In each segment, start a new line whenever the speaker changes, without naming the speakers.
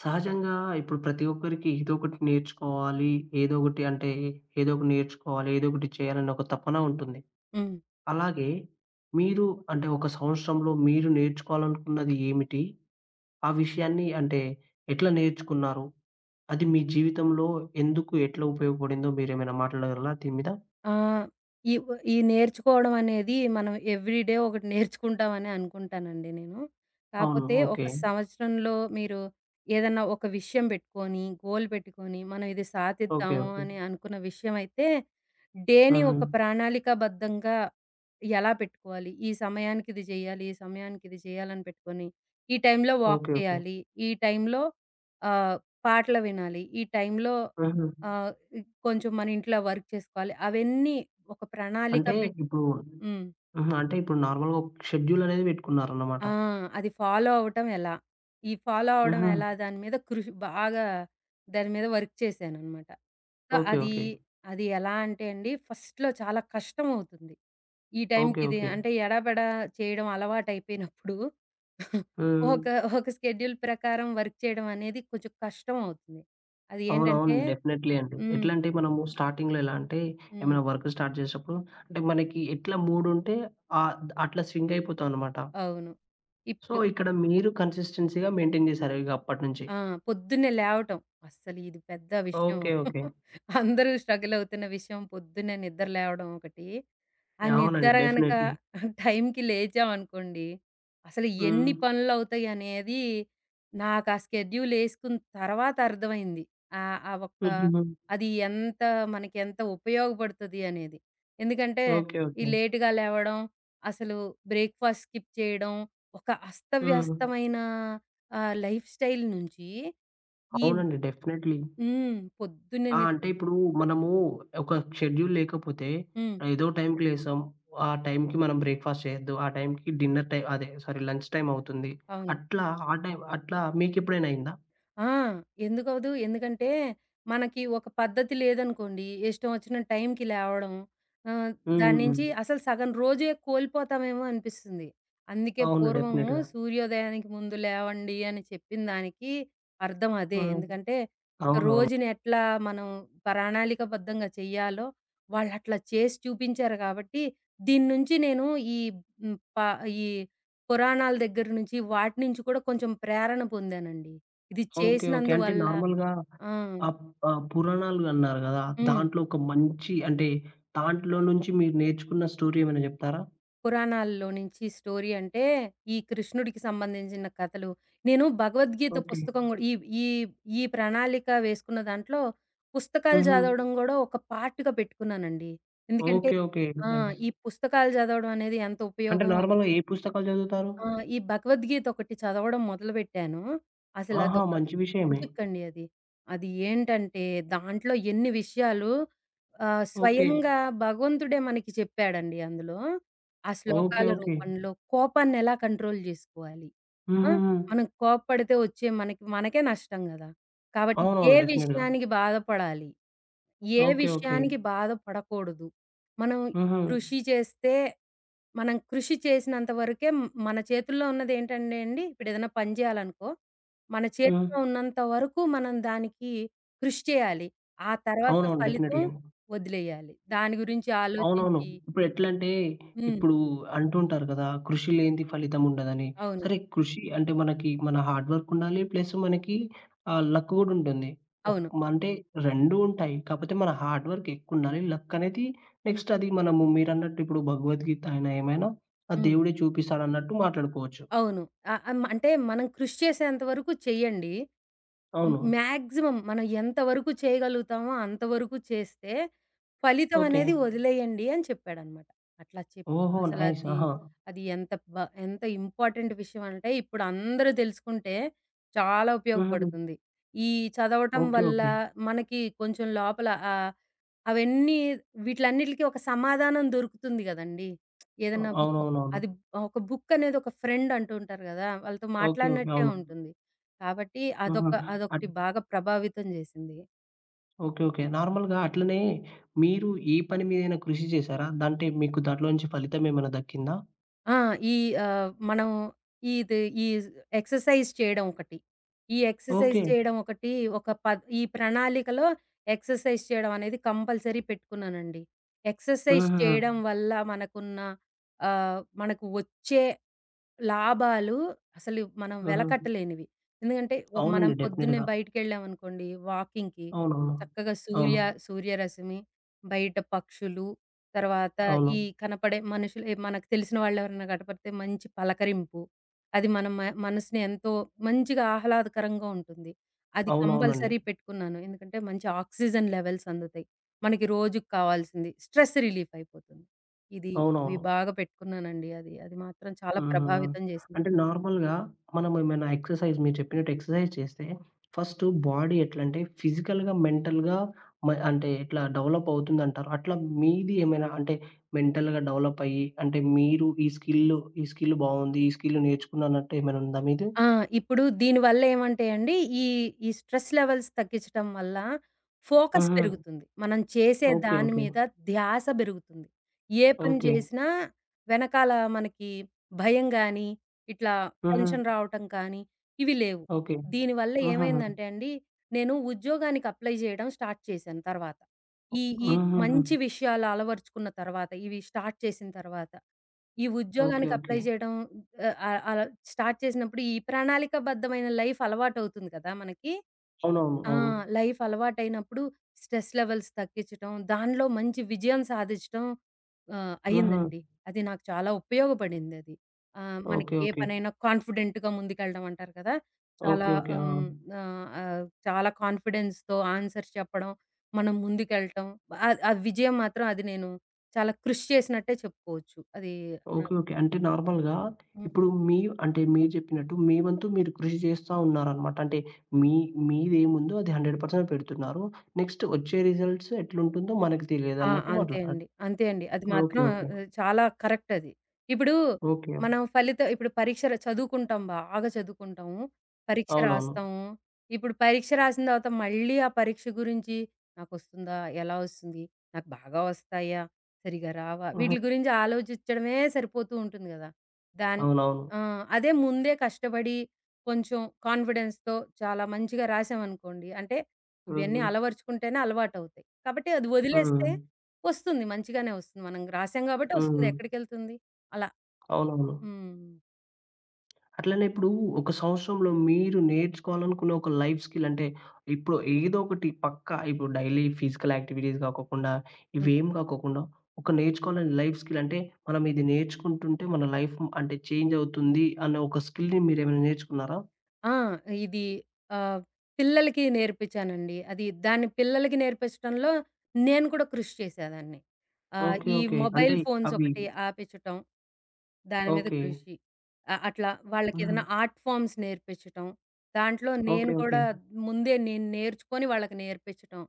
సహజంగా ఇప్పుడు ప్రతి ఒక్కరికి ఏదో ఒకటి నేర్చుకోవాలి. ఏదో ఒకటి అంటే ఏదో ఒకటి నేర్చుకోవాలి. ఏదో ఒకటి చేయాలన్న ఒక తపన ఉంటుంది.
హ్మ్.
అలాగే మీరు అంటే ఒక సంవత్సరంలో మీరు నేర్చుకోవాలనుకున్నది ఏమిటి? ఆ విషయాన్ని అంటే ఎట్లా నేర్చుకున్నారు? అది మీ జీవితంలో ఎందుకు ఎట్లా ఉపయోగపడిందో మీరేమైనా మాట్లాడగలరా దీని మీద?
ఆహ్, ఈ నేర్చుకోవడం అనేది మనం ఎవ్రీ డే ఒకటి నేర్చుకుంటామని అనుకుంటానండి నేను.
అవును.
కాపోతే ఒక
ఓకే.
సంవత్సరంలో మీరు ఏదన్నా ఒక విషయం పెట్టుకొని, గోల్ పెట్టుకొని, మనం ఇది
ఓకే.
సాధిద్దాము
ఓకే.
అని అనుకున్న విషయం అయితే, డేని
హుహు.
ఒక ప్రణాళికాబద్ధంగా ఎలా పెట్టుకోవాలి? ఈ సమయానికి ఇది జేయాలి, ఈ సమయానికి ఇది జేయాలని పెట్టుకొని, ఈ టైంలో వాక్
ఓకే. ఓకే.
చేయాలి, ఈ టైంలో ఆహ్, పాటలు వినాలి, ఈ టైంలో
హుహు.
ఆహ్, ఇ కొంచెం మన ఇంట్లో వర్క్ చేసుకోవాలి. అవన్నీ ఒక ప్రణాళిక
అంటే
పెట్టుకో.
ఇప్పుడు
హ్మ్.
హుహు. అంటే ఇప్పుడు నార్మల్‌గా ఒక షెడ్యూల్ అనేది పెట్టుకున్నారన్నమాట.
ఆ! అది ఫాలో అవ్వటం ఎలా? ఈ ఫాలో అవ్వడం
హుహు.
ఎలా? దాని మీద కృషి బాగా, దాని మీద వర్క్ చేశాననమాట. So,
okay.
అది
ఓకే.
అది ఎలా అంటే అండి ఫస్ట్‌లో చాలా కష్టమవుతుంది. ఈ టైంకి
ఓకే.
ఇది
ఓకే.
అంటే ఎడాపెడా చేయడం అలవాటయిపోయినప్పుడు
హ్మ్.
ఒక ఒక స్కెడ్యూల్ ప్రకారం వర్క్ చేయడం అనేది కొంచెం కష్టమవుతుంది. అది ఏంటంటే
అవునవును. డెఫినెట్‌లీ అండి.
హ్మ్.
ఎట్లా అంటే మనము స్టార్టింగ్‌లో ఎలా అంటే
హ్మ్.
ఏమైనా వర్క్ స్టార్ట్ చేసేటప్పుడు అంటే మనకి ఎట్లా మూడుంటే ఆహ్, అట్లా స్వింగ్ అయిపోతామనమాట.
అవును.
సో,
ఇప్పుడు
ఇక్కడ మీరు కన్సిస్టెన్సీ‌గా మెయింటైన్ చేశారు ఇగ అప్పటినుంచి.
ఆ! పొద్దున్నే లేవటం. అస్సలు ఇది పెద్ద విషయం.
ఓకే. ఓకే.
అందరూ స్ట్రగల్ అవుతున్న విషయం. పొద్దున్నే నిద్ర లేవడం ఒకటి. ఆ
అవునండి.
నిద్ర గనక
డెఫినెట్‌లీ.
టైంకి లేచామనుకోండి, అసలు ఎన్ని
హ్మ్.
పనులవుతాయి అనేది నాకు ఆ స్కెడ్యూల్ ఏసుకున్న తర్వాత అర్థమైంది. ఆ ఒక్క
హుహుహు.
అది ఎంత, మనకి ఎంత ఉపయోగపడుతది అనేది. ఎందుకంటే,
ఓకే.
ఈ
ఓకే.
లేట్‌గా లేవడం, అసలు బ్రేక్‌ఫాస్ట్ స్కిప్ చేయడం, ఒక
హ్మ్.
అస్తవ్యస్తమైన ఆ! లైఫ్ స్టైల్ నుంచి ఈ
అవునండి. డెఫినెట్‌లీ.
హ్మ్. పొద్దున్నే
ఆ!
నిద్.
అంటే ఇప్పుడు మనము ఒక షెడ్యూల్ లేకపోతే
హ్మ్.
ఏదో టైంకి లేసాం. ఆ టైంకి మనం బ్రేక్‌ఫాస్ట్ చేయొద్దు. ఆ టైంకి డిన్నర్ టైమ్ అదే సారీ లంచ్ టైమ్ అవుతుంది.
అవును.
అట్లా ఆ టైం అట్లా మీకెప్పుడైనా అయిందా?
ఆ! ఎందుకవ్వదు? ఎందుకంటే, మనకి ఒక పద్ధతి లేదనుకోండి, ఇష్టం వచ్చిన టైంకి లేవడం, ఆహ్,
హ్మ్.
దాని
హ్మ్. హ్మ్.
నుంచి అసలు సగం రోజే కోల్పోతామేమో అనిపిస్తుంది. అందుకే
అవును.
పూర్వము
డెఫినిట్‌గా.
సూర్యోదయానికి ముందు లేవండి అని చెప్పిన దానికి అర్థం అదే.
హ్మ్.
ఎందుకంటే, ఒక
అవునవును.
రోజుని ఎట్లా మనం ప్రణాళికాబద్ధంగా చెయ్యాలో, వాళ్ళట్లా చేసి చూపించారు కాబట్టి, దీని నుంచి నేను ఈ హ్మ్, ప ఈ పురాణాల దగ్గర నుంచి, వాటి నుంచి కూడా కొంచెం ప్రేరణ పొందానండి. ఇది
ఓకే. ఓకే. అంటే
చేసినందువల్ల
నార్మల్‌గా
ఆ!
ఆహ్, ఆహ్, పురాణాలు అన్నారు గదా!
హ్మ్.
దాంట్లో ఒక మంచి అంటే దాంట్లో నుంచి మీరు నేర్చుకున్న స్టోరీ ఏమైనా జెప్తారా?
పురాణాల్లో నుంచి స్టోరీ అంటే, ఈ కృష్ణుడికి సంబంధించిన కథలు. నేను భగవద్గీత
ఓకే.
పుస్తకం గూడా ఈ ఈ ఈ ప్రణాళిక వేసుకున్న దాంట్లో, పుస్తకాలు
హుహు.
చదవడం గూడా ఒక పార్ట్‌గా పెట్టుకున్నానండి. ఎందుకంటే
ఓకే. ఓకే.
ఆ!
నైస్.
ఈ పుస్తకాలు చదవడం అనేది ఎంత
అంటే
ఉపయోగమో అని.
నార్మల్‌గా ఏ పుస్తకాలు చదువుతారు?
ఆ! ఈ భగవద్గీత ఒకటి చదవడం మొదలుపెట్టాను. అసలు
ఆహా!
అదొక
మంచి విషయమే.
మ్యాజిక్ అండి అది. అది ఏంటంటే దాంట్లో ఎన్ని విషయాలు
ఓకే.
స్వయంగా భగవంతుడే మనకి చెప్పాడండి అందులో. ఆ
ఓకే.
శ్లోకాల
ఓకే.
రూపంలో కోపాన్ని ఎలా కంట్రోల్ జేసుకోవాలి? ఆ!
హుహుహు.
మనం కోప్పడితే వచ్చే మనకి మనకే నష్టం గదా! కాబట్టి ఏ
అవునవును. డెఫినెట్‌గా.
విషయానికి బాధపడాలి? ఏ
ఓకే. ఓకే.
విషయానికి బాధపడకూడదు? మనం
హుహు.
కృషి చేస్తే మనం కృషి చేసినంత వరకే మన చేతుల్లో ఉన్నదేంటంటే అండి, ఇప్పుడేదైనా పని జేయాలనుకో, మన
హ్మ్.
చేతిలో ఉన్నంత వరకు మనం దానికి కృషి చేయాలి. ఆ తర్వాత
అవునవును.
ఫలితం
డెఫినెట్‌లీ.
వదిలేయాలి. దాని గురించి
అవునవును.
ఆలోచించి
ఇప్పుడెట్లంటే,
హ్మ్.
ఇప్పుడు అంటుంటారు కదా! కృషి లేనిది ఫలితం ఉండదని.
అవును.
సరే కృషి అంటే మనకి మన హార్డ్ వర్క్ ఉండాలి. ప్లస్ మనకి లక్ గూడా ఉంటుంది. ఒక్
అవును.
అంటే 2 ఉంటాయి. కాపోతే మన హార్డ్ వర్క్ ఎక్కువుండాలి. లక్ అనేది
హ్మ్.
నెక్స్ట్ అది మనము మీరన్నట్టు ఇప్పుడు భగవద్గీత అయినా ఏమైనా ఆ
హ్మ్.
దేవుడే చూపిస్తాడన్నట్టు మాట్లాడుకోవచ్చు.
అవును. ఆహ్, ఆహ్, అంటే మనం కృషి చేసేంత వరకు చెయ్యండి. హ్మ్.
అవును.
మాక్సిమం మనం ఎంత వరకు చేయగలుగుతామో అంతవరకు చేస్తే, ఫలితం
ఓకే.
అనేది వదిలేయండి అని చెప్పాడన్నమాట. అట్లా చెప్
ఓహో! నైస్.
అసలది అది
ఆహా!
అది ఎంత బ ఎంత ఇంపార్టెంట్ విషయం అంటే, ఇప్పుడు అందరూ తెలుసుకుంటే చాలా
హుహు.
ఉపయోగపడుతుంది. ఈ చదవటం
ఓకే.
వల్ల
ఓకే.
మనకి కొంచెం లోపల అవన్నీ వీటిలన్నిటికి ఒక సమాధానం దొరుకుతుంది గదండీ! ఏదన్నా బుక్.
అవునవునవును.
అది ఒక బుక్ అనేది ఒక ఫ్రెండ్ అంటూ ఉంటారు గదా! వాళ్ళతో
ఓకే. ఓకే.
మాట్లాడినట్టే
అవును.
ఉంటుంది. కాబట్టి
హుహు. అట్
అదొకటి బాగా ప్రభావితం జేసింది.
ఓకే. ఓకే. నార్మల్‌గా అట్లనే మీరు ఈ పని మీదైనా కృషి చేశారా? అంటే మీకు దాంట్లో నుంచి ఫలితం ఏమైనా దక్కిందా?
ఆ! ఈ ఆహ్, మనం ఇది ఈ ఎక్సర్సైజ్ చేయడం ఒకటి. ఈ ఎక్సర్సైజ్
ఓకే.
చేయడం ఒకటి ఒక పద్ ఈ ప్రణాళికలో ఎక్సర్సైజ్ చేయడం అనేది కంపల్సరీ పెట్టుకున్నానండి. ఎక్సర్సైజ్
హుహుహు.
చేయడం వల్ల మనకున్న మనకు వచ్చే లాభాలు అసలు మనం
హుహు.
వెలకట్టలేనివి. ఎందుకంటే, మనం
అవునండి.
పొద్దున్నే
డెఫినెట్‌గా.
బయటికెళ్ళామనుకోండి వాకింగ్‌కి,
అవునవును.
చక్కగా
అవును.
సూర్యరశ్మి, బయట పక్షులు, తర్వాత
అవును.
ఈ కనపడే మనుషులు మనకు తెలిసిన వాళ్ళెవరైనా కనపడితే మంచి పలకరింపు. అది మన మ మనసుని ఎంతో మంచిగా ఆహ్లాదకరంగా ఉంటుంది. అది
అవునవునండి.
కంపల్సరీ పెట్టుకున్నాను. ఎందుకంటే, మంచి ఆక్సిజన్ లెవెల్స్ అందుతాయి. మనకి రోజుకి కావాల్సింది. స్ట్రెస్ రిలీఫ్ అయిపోతుంది. ఇది ఇవి
అవునవును.
బాగా పెట్టుకున్నానండి అది. అది మాత్రం చాలా
ఆహా!
ప్రభావితం జేసింది.
అంటే నార్మల్‌గా మనమేమైనా ఎక్సర్సైజ్ మీరు చెప్పినట్టు ఎక్సర్సైజ్ చేస్తే ఫస్టు బాడీ ఎట్లంటే ఫిజికల్‌గా, మెంటల్‌గా అంటే ఎట్లా డెవలప్ అవుతుందంటారు. అట్లా మీది ఏమైనా అంటే మెంటల్‌గా డెవలప్ అయ్యి అంటే మీరు ఈ స్కిల్ బావుంది. ఈ స్కిల్ నేర్చుకున్నానట్టు ఏమైనా ఉందా మీది?
ఆ! ఇప్పుడు దీనివల్ల ఏమంటే అండి, ఈ ఈ స్ట్రెస్ లెవెల్స్ తగ్గించటం వల్ల ఫోకస్
హుహు.
పెరుగుతుంది. మనం చేసే
ఓకే.
దాని
ఓకే.
మీద ధ్యాస పెరుగుతుంది. ఏ పని
ఓకే.
చేసినా వెనకాల మనకి భయం గానీ, ఇట్లా
హుహు.
టెన్షన్ రావటం కానీ, ఇవి లేవు.
ఓకే.
దీనివల్ల
హుహుహు.
ఏమైందంటే అండి, నేను ఉద్యోగానికి అప్లై చేయడం స్టార్ట్ చేశాను తర్వాత. ఈ ఈ
హుహుహు.
మంచి విషయాలు అలవరుచుకున్న తర్వాత, ఇవి స్టార్ట్ చేసిన తర్వాత, ఈ
ఓకే.
ఉద్యోగానికి
ఓకే.
అప్లై చేయడం ఆహ్, ఆహ్, అలా స్టార్ట్ చేసినప్పుడు ఈ ప్రణాళికాబద్ధమైన లైఫ్ అలవాటవుతుంది కదా! మనకి.
అవునవును.
ఆ!
అవును.
లైఫ్ అలవాటైనప్పుడు స్ట్రెస్ లెవెల్స్ తగ్గించటం, దానిలో మంచి విజయం సాధించటం
హుహు.
అయిందండి. అది నాకు చాలా ఉపయోగపడిందది. మనకి
ఓకే.
ఏ
ఓకే.
పనైనా కాన్ఫిడెంట్‌గా ముందుకెళ్ళడం అంటారు కదా! చాలా
ఓకే. ఓకే. ఆ!
హ్మ్. ఆహ్, ఆహ్, చాలా కాన్ఫిడెన్స్‌తో ఆన్సర్స్ చెప్పడం, మనం ముందుకెళ్ళటం. ఆ విజయం మాత్రం అది నేను చాలా కృషి చేసినట్టే చెప్పుకోవచ్చు. అది
ఓకే. ఓకే. అంటే నార్మల్‌గా
నాకు
ఇప్పుడు మీ అంటే మీరు చెప్పినట్టు మీ వంతు మీరు కృషి చేస్తా ఉన్నారనమాట. అంటే మీ మీదేముందో అది 100% పెడుతున్నారు. నెక్స్ట్ వచ్చే రిజల్ట్స్ ఎట్లుంటుందో మనకు
ఆ!
తెలియదన్నట్టు
అంతే
మాట్లా
అండి. అంతే అండి. అది మాత్రం
ఓకే. ఓకే.
చాలా కరెక్ట్ అది. ఇప్పుడు
ఓకే.
మనం ఫలిత ఇప్పుడు పరీక్ష ర చదువుకుంటాం బాగా చదువుకుంటాము. పరీక్ష
అవునవును.
రాస్తాము. ఇప్పుడు పరీక్ష రాసిన తర్వాత మళ్ళీ ఆ పరీక్ష గురించి నాకొస్తుందా? ఎలా వస్తుంది? నాకు బాగా వస్తాయా? సరిగ్గా రావా?
ఆహా!
వీటిలి గురించి ఆలోచించడమే సరిపోతూ ఉంటుంది గదా! దాని
అవునవును.
ఆ! అదే ముందే కష్టపడి కొంచెం కాన్ఫిడెన్స్‌తో చాలా మంచిగా రాసామనుకోండి. అంటే
హ్మ్.
ఇవన్నీ
హ్మ్.
అలవరుచుకుంటేనే అలవాటవుతాయి. కాబట్టి అది వదిలేస్తే
హ్మ్.
వస్తుంది. మంచిగానే వస్తుంది. మనం రాసాం గాబట్టి వస్తుంది.
హ్మ్.
ఎక్కడికెళ్తుంది? అలా.
అవునవును.
హ్మ్.
అట్లనే ఇప్పుడు ఒక సంవత్సరంలో మీరు నేర్చుకోవాలనుకున్న ఒక లైఫ్ స్కిల్ అంటే ఇప్పుడు ఏదో ఒకటి పక్కా ఇప్పుడు డైలీ ఫిజికల్ యాక్టివిటీస్ కాకోకుండా,
హ్మ్.
ఇవేం కాకోకుండా ఒక నేర్చుకోవాలని లైఫ్ స్కిల్ అంటే మనం ఇది నేర్చుకుంటుంటే మన లైఫ్ అంటే చేంజ్ అవుతుంది అన్న ఒక స్కిల్‌ని మీరేమైనా నేర్చుకున్నారా?
ఆ! ఇది ఆహ్, పిల్లలకి నేర్పించానండి. అది దాన్ని పిల్లలకి నేర్పించటంలో నేను కూడా కృషి చేసేదాన్ని.
ఓకే.
ఈ
ఓకే.
మొబైల్
అంటే
ఫోన్స్
అవి
ఒకటి ఆపించటం. దాని మీద
ఓకే.
కృషి. అట్లా
హ్మ్.
వాళ్ళకేదైనా ఆర్ట్ ఫార్మ్స్ నేర్పించటం. దాంట్లో
ఓకే.
నేను కూడా
ఓకే.
ముందే నేను నేర్చుకొని వాళ్ళకి నేర్పించటం.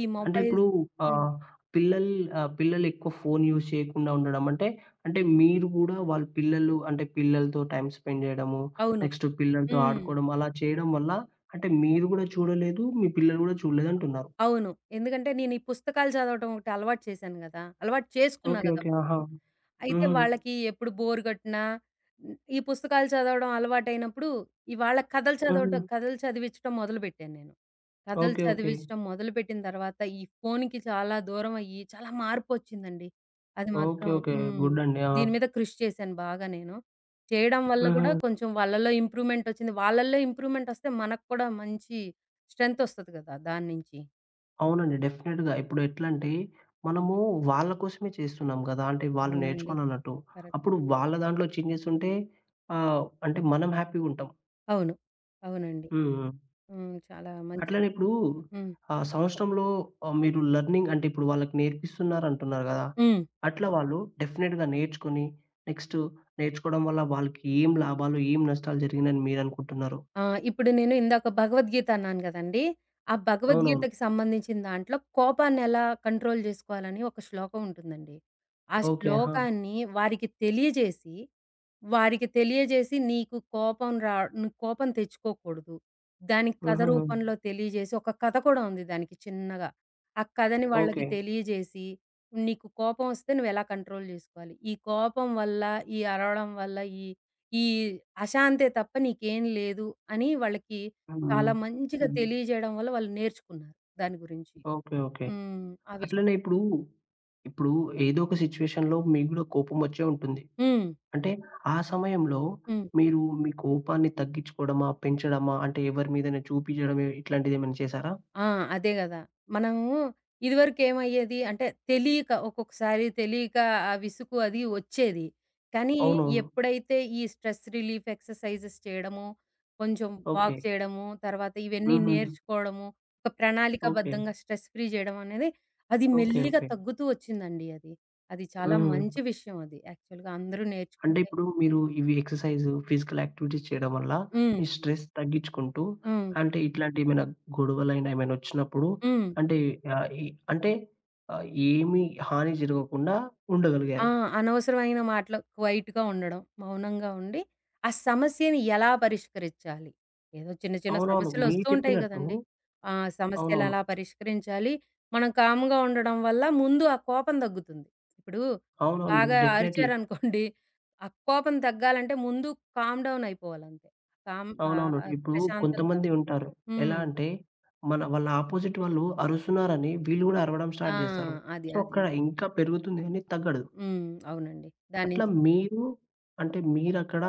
ఈ
అంటే ఇప్పుడు
మొబైల్స్. హ్మ్.
ఆహ్, పిల్లల్ పిల్లలెక్కువ ఫోను యూజ్ చేయకుండా ఉండడం అంటే, అంటే మీరు గూడా వాళ్ళ పిల్లలు అంటే పిల్లలతో టైమ్ స్పెండ్ జేయడము,
అవును.
నెక్స్ట్ పిల్లలతో
హ్మ్.
ఆడుకోవడం అలా చేయడం వల్ల అంటే మీరు గూడా చూడలేదు, మీ పిల్లలు గూడా చూడలేదంటున్నారు.
అవును. ఎందుకంటే నేను ఈ పుస్తకాలు చదవటం ఒకటి అలవాటు చేశాను గదా! అలవాటు చేసుకున్నా
ఓకే.
గదా
ఓకే. ఆహా!
ఫస్టు. అయితే
హ్మ్.
వాళ్ళకి ఎప్పుడు బోర్ గొట్టినా హ్మ్, ఈ పుస్తకాలు చదవడం అలవాటైనప్పుడు, ఈ వాళ్ళ
హ్మ్.
కథలు చదివించటం మొదలుపెట్టాను నేను. కథలు
ఓకే. ఓకే.
చదివించటం మొదలుపెట్టిన తర్వాత ఈ ఫోన్‌కి చాలా దూరం అయ్యి చాలా మార్పొచ్చిందండి. అది
ఓకే.
మాత్రం
ఓకే.
హ్మ్.
గుడ్ అండి. ఆ!
దీని మీద కృషి చేశాను బాగా నేను. చేయడం వల్ల
హుహు.
గూడా కొంచెం వాళ్ళలో ఇంప్రూవ్‌మెంట్ ఒచ్చింది. వాళ్ళల్లో ఇంప్రూవ్‌మెంట్ ఒస్తే మనకు కూడా మంచి స్ట్రెంత్ ఒస్తది గదా దాన్నించి.
అవునండి. డెఫినెట్‌గా. ఇప్పుడు ఎట్లంటే, మనము వాళ్ళ కోసమే చేస్తున్నాం గదా! అంటే వాళ్ళు
అవునండి.
నేర్చుకోవాలన్నట్టు.
కరెక్ట్.
అప్పుడు వాళ్ళ దాంట్లో చేంజెస్ ఉంటే అంటే మనం హ్యాపీగుంటాం.
అవును. అవునండి.
హ్మ్. హ్మ్.
హ్మ్. చాలా మంచి.
అట్లనే ఇప్పుడు
హ్మ్.
సంవత్సరంలో మీరు లెర్నింగ్ అంటే ఇప్పుడు వాళ్ళకి నేర్పిస్తున్నారంటున్నారు గదా!
హ్మ్.
అట్లా వాళ్ళు డెఫినెట్‌గా నేర్చుకొని నెక్స్ట్ నేర్చుకోవడం వల్ల వాళ్ళకి ఏం లాభాలు, ఏం నష్టాలు జరిగినాయని మీరనుకుంటున్నారు?
ఆ! ఇప్పుడు నేను ఇందాక భగవద్గీత అన్నాను గదండీ! ఆ
అవునవును.
భగవద్గీతకి సంబంధించిన దాంట్లో కోపాన్నెలా కంట్రోల్ జేసుకోవాలని ఒక శ్లోకం ఉంటుందండి. ఆ
ఓకే. ఆహా!
శ్లోకాన్ని వారికి తెలియజేసి, నీకు కోపం నువ్వు కోపం తెచ్చుకోకూడదు. దానికి కథ
హుహుహు.
రూపంలో తెలియజేసి ఒక కథ కూడా ఉంది దానికి చిన్నగా. ఆ కథని వాళ్ళకి
ఓకే.
తెలియజేసి, నీకు కోపం వస్తే నువ్వెలా కంట్రోల్ జేసుకోవాలి. ఈ కోపం వల్ల, ఈ అరవడం వల్ల, ఈ ఈ అశాంతే తప్ప నీకేం లేదు అని వాళ్ళకి చాలా
హ్మ్.
మంచిగా
హ్మ్.
తెలియజేయడం వల్ల వాళ్ళు నేర్చుకున్నారు దాని గురించి.
ఓకే. ఓకే.
హ్మ్. ఆ విషయం.
అట్లనే ఇప్పుడు, ఇప్పుడు ఏదో ఒక సిట్యుయేషన్‌లో మీకు గూడా కోపమొచ్చే ఉంటుంది.
హ్మ్.
అంటే ఆ సమయంలో
హ్మ్.
మీరు మీ కోపాన్ని తగ్గించుకోవడమా? పెంచడమా? అంటే ఎవరి మీదైనా చూపించడమే ఇట్లాంటిదేమైనా చేశారా?
ఆ! అదే గదా! మనము ఇదివరకేమయ్యేది అంటే తెలియక ఆ విసుగు అది వచ్చేది. కానీ
అవునవును.
ఎప్పుడైతే ఈ స్ట్రెస్ రిలీఫ్ ఎక్సర్‌సైజెస్ చేయడము, కొంచెం
ఓకే.
వాక్ చేయడము, తర్వాత ఇవన్నీ
హుహు.
నేర్చుకోవడము, ఒక
ఓకే.
ప్రణాళికాబద్ధంగా స్ట్రెస్ ఫ్రీ చేయడం అనేది అది
ఓకే.
మెల్లిగా
ఓకే.
తగ్గుతూ వచ్చిందండి అది. అది చాలా
హ్మ్.
మంచి విషయం అది యాక్చువల్‌గా అందరూ
అంటే
నేర్చుకుంటే
ఇప్పుడు మీరు ఇవి ఎక్సర్‌సైజ్, ఫిజికల్ యాక్టివిటీస్ చేయడం వల్ల
హ్మ్.
మీ స్ట్రెస్ తగ్గించుకుంటూ
హ్మ్.
అంటే ఇట్లాంటి ఏమైనా గొడవలైనా ఏమైనా వచ్చినప్పుడు
హ్మ్.
అంటే ఆహ్, ఈ అంటే ఆహ్, ఏమి హాని జరగకుండా
ఆ!
ఉండగలిగారు.
అనవసరమైన మాటలు క్వైట్‌గా ఉండడం. మౌనంగా ఉండి, ఆ సమస్యని ఎలా పరిష్కరించాలి? ఏదో చిన్న చిన్న
అవునవును. మీరు
సమస్యలొస్తూ ఉంటాయి
చెప్పినట్టు
గదండీ! ఆ
అవునవును.
సమస్యలలా పరిష్కరించాలి. మనం కామ్‌గా ఉండడం వల్ల ముందు ఆ కోపం దగ్గుతుంది. ఇప్పుడు
అవునవును.
బాగా
డెఫినైట్‌లీ.
అరిచారనుకోండి, ఆ కోపం తగ్గాలంటే ముందు కామ్ డౌన్ అయిపోవాలంతే.
అవునవును. ఇప్పుడు
ప్రశాంతంగా.
కొంతమంది ఉంటారు. ఎలా
హ్మ్.
అంటే మన వాళ్ళ అపోజిట్ వాళ్ళు అరుస్తున్నారని వీళ్ళు గూడా అరవడం
ఆ!
స్టార్ట్ జేస్తారు.
అది.
సో,
అది.
అక్కడ ఇంకా పెరుగుతుంది గానీ తగ్గదు.
హ్మ్. అవునండి. దాని
అట్లా
నుంచి
మీరు అంటే మీరక్కడ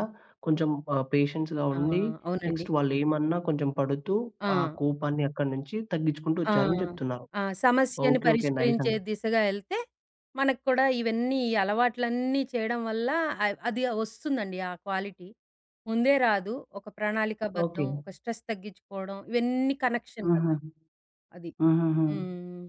కొంచెం పేషెన్స్‌గా
ఆ!
ఉండి
అవునండి.
నెక్స్ట్ వాళ్ళేమన్నా కొంచెం పడుతూ
ఆ!
ఆ కోపాన్ని అక్కడి నుంచి తగ్గించుకుంటూ
ఆ!
వచ్చారని జెప్తున్నారు.
ఆ! సమస్యని
ఓకే. ఓకే. నైస్
పరిష్కరించే
అండి.
దిశగా ఎళ్తే, మనకు కూడా ఇవన్నీ ఈ అలవాట్లన్నీ చేయడం వల్ల అది వస్తుందండి ఆ క్వాలిటీ. ముందే రాదు. ఒక ప్రణాళికాబద్ధం,
ఓకే.
ఒక స్ట్రెస్ తగ్గించుకోవడం, ఇవన్నీ కనెక్షన్
హుహు.
కదా! అది.
హుహుహు.
హ్మ్.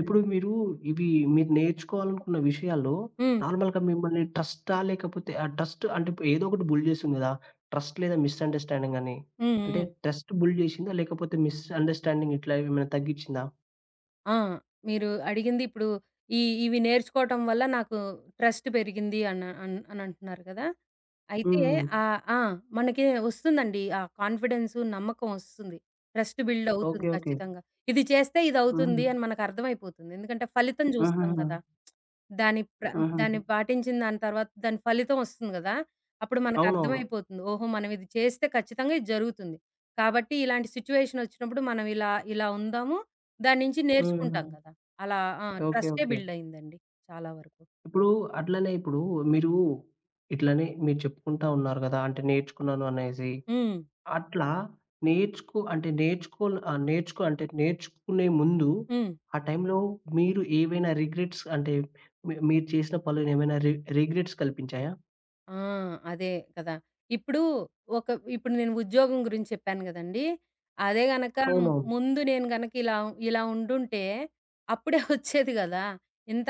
ఇప్పుడు మీరు ఇవి మీరు నేర్చుకోవాలనుకున్న విషయాల్లో
హ్మ్.
నార్మల్‌గా మిమ్మల్ని ట్రస్టా? లేకపోతే ఆ ట్రస్ట్ అంటే ఇప్పుడు ఏదో ఒకటి బుల్డ్ చేస్తుంది కదా! ట్రస్ట్ లేదా మిస్‌అండర్‌స్టాండింగ్ అని.
హ్మ్.
అంటే
హ్మ్.
ట్రస్ట్ బుల్డ్ చేసిందా? లేకపోతే మిస్‌అండర్‌స్టాండింగ్ ఇట్లా ఏమైనా తగ్గించిందా?
ఆ! మీరు అడిగింది ఇప్పుడు ఈ ఇవి నేర్చుకోవటం వల్ల నాకు ట్రస్ట్ పెరిగింది అన అన్ అనంటున్నారు కదా! అయితే
హ్మ్.
ఆ! మనకి వస్తుందండి. ఆ కాన్ఫిడెన్సు, నమ్మకం వస్తుంది. ట్రస్ట్ బిల్డ్ అవుతుంది
ఓకే. ఓకే.
ఖచ్చితంగా. ఇది చేస్తే ఇదవుతుంది
హ్మ్.
అని మనకర్థమైపోతుంది. ఎందుకంటే ఫలితం చూస్తాం
హుహుహు.
కదా! దాని ప్ర
హుహు.
దాన్ని పాటించిన దాని తర్వాత దాని ఫలితం వస్తుంది కదా! అప్పుడు
అవునవును.
మనకర్థమైపోతుంది. ఓహో! మనం ఇది చేస్తే ఖచ్చితంగా ఇది జరుగుతుంది. కాబట్టి ఇలాంటి సిట్యుయేషనొచ్చినప్పుడు మనం ఇలా, ఇలా ఉందాము. దాని నుంచి
హ్మ్.
నేర్చుకుంటాం గదా! అలా. ఆ!
ఓకే.
ట్రస్టే
ఓకే.
బిల్డ్ అయిందండి చాలా వరకు.
ఇప్పుడు ఇప్పుడు మీరు ఇట్లనే మీరు చెప్పుకుంటా ఉన్నారు కదా! అంటే నేర్చుకున్నాను అనేసి.
హ్మ్.
అట్లా నేర్చుకో అంటే నేర్చుకునే ముందు
హ్మ్.
ఆ టైంలో మీరు ఏవైనా రిగ్రెట్స్ అంటే మీ మీరు చేసిన పనులు ఏమైనా రిగ్రెట్స్ కల్పించాయా?
ఆ! అదే కదా! ఇప్పుడు ఒక ఇప్పుడు నేను ఉద్యోగం గురించి చెప్పాను గదండీ! అదే గనక
అవునవును.
ముందు నేను గనక ఇలా ఇలా ఉండుంటే అప్పుడే వచ్చేది గదా! ఇంత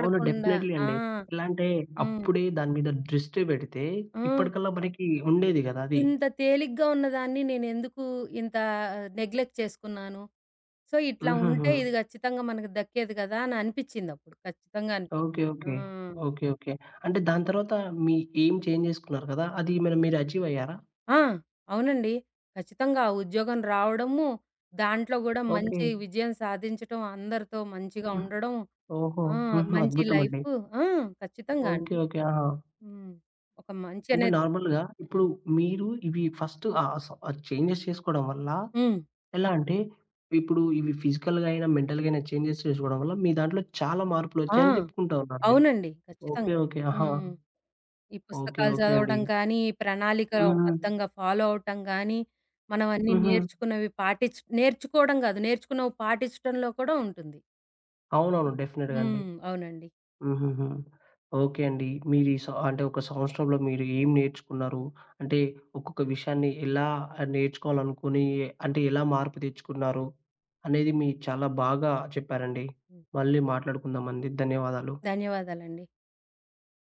అవును. డెఫినైట్‌లీ
ఆ!
అండి. ఎలా అంటే
హ్మ్.
అప్పుడే దాని మీద దృష్టి పెడితే
హ్మ్.
ఇప్పటికల్లా మనకి ఉండేది కదా! అది.
ఇంత తేలిగ్గా ఉన్నదాన్ని నేనెందుకు ఇంత నెగ్లెక్ట్ చేసుకున్నాను? సో, ఇట్లా
హుహుహు.
ఉంటే ఇది ఖచ్చితంగా మనకు దక్కేది కదా! అని అనిపిచ్చిందప్పుడు. ఖచ్చితంగా అనిపి
ఓకే.
ఆ!
ఓకే. ఓకే. ఓకే. అంటే దాని తర్వాత మీ ఎయిమ్ చేంజ్ చేసుకున్నారు కదా! అది మరి మీరు అచీవ్ అయ్యారా?
ఆ! అవునండి. ఖచ్చితంగా ఆ ఉద్యోగం రావడము, దాంట్లో గూడా
ఓకే.
మంచి విజయం సాధించటం, అందరితో మంచిగా
హ్మ్.
ఉండడం,
ఓహో!
ఆ!
హుహు.
మంచి
అద్భుతం అండి.
లైఫు. ఆ! ఖచ్చితంగా
ఓకే.
అండి.
ఓకే. ఆహా!
హ్మ్. ఒక మంచి
అంటే
అనేది.
నార్మల్‌గా ఇప్పుడు
హ్మ్.
మీరు ఇవి ఫస్ట్ ఆహ్, స చేంజెస్ చేసుకోవడం వల్ల
హ్మ్.
ఎలా అంటే, ఇప్పుడు ఇవి ఫిజికల్‌గా అయినా, మెంటల్‌గా అయినా చేంజెస్ చేసుకోవడం వల్ల మీ దాంట్లో చాలా
ఆ!
మార్పులొచ్చాయని చెప్పుకుంటా ఉన్నారు మీరు.
అవునండి.
ఓకే.
ఖచ్చితంగా.
ఓకే. ఆహా!
హ్మ్. ఈ
ఓకే.
పుస్తకాలు
ఓకే అండి.
చదవటం కానీ, ఈ
హుహు.
ప్రణాళికాబద్ధంగా ఫాలో అవ్వటం గానీ, మనం అన్నీ
హుహు.
నేర్చుకున్నవి నేర్చుకోవడం గాదు, నేర్చుకున్నవి పాటించటంలో కూడా ఉంటుంది.
అవునవును.
హ్మ్.
డెఫినెట్‌గా అండి.
హ్మ్. అవునండి.
హుహుహు. ఓకే అండి. మీరు ఈ స అంటే ఒక సంవత్సరంలో మీరు ఏం నేర్చుకున్నారు? అంటే ఒక్కొక్క విషయాన్ని ఎలా నేర్చుకోవాలనుకుని అంటే ఎలా మార్పు తెచ్చుకున్నారు? అనేది మీరు చాలా బాగా చెప్పారండి.
హ్మ్.
మళ్ళీ మాట్లాడుకుందామండి. ధన్యవాదాలు.
ధన్యవాదాలండి.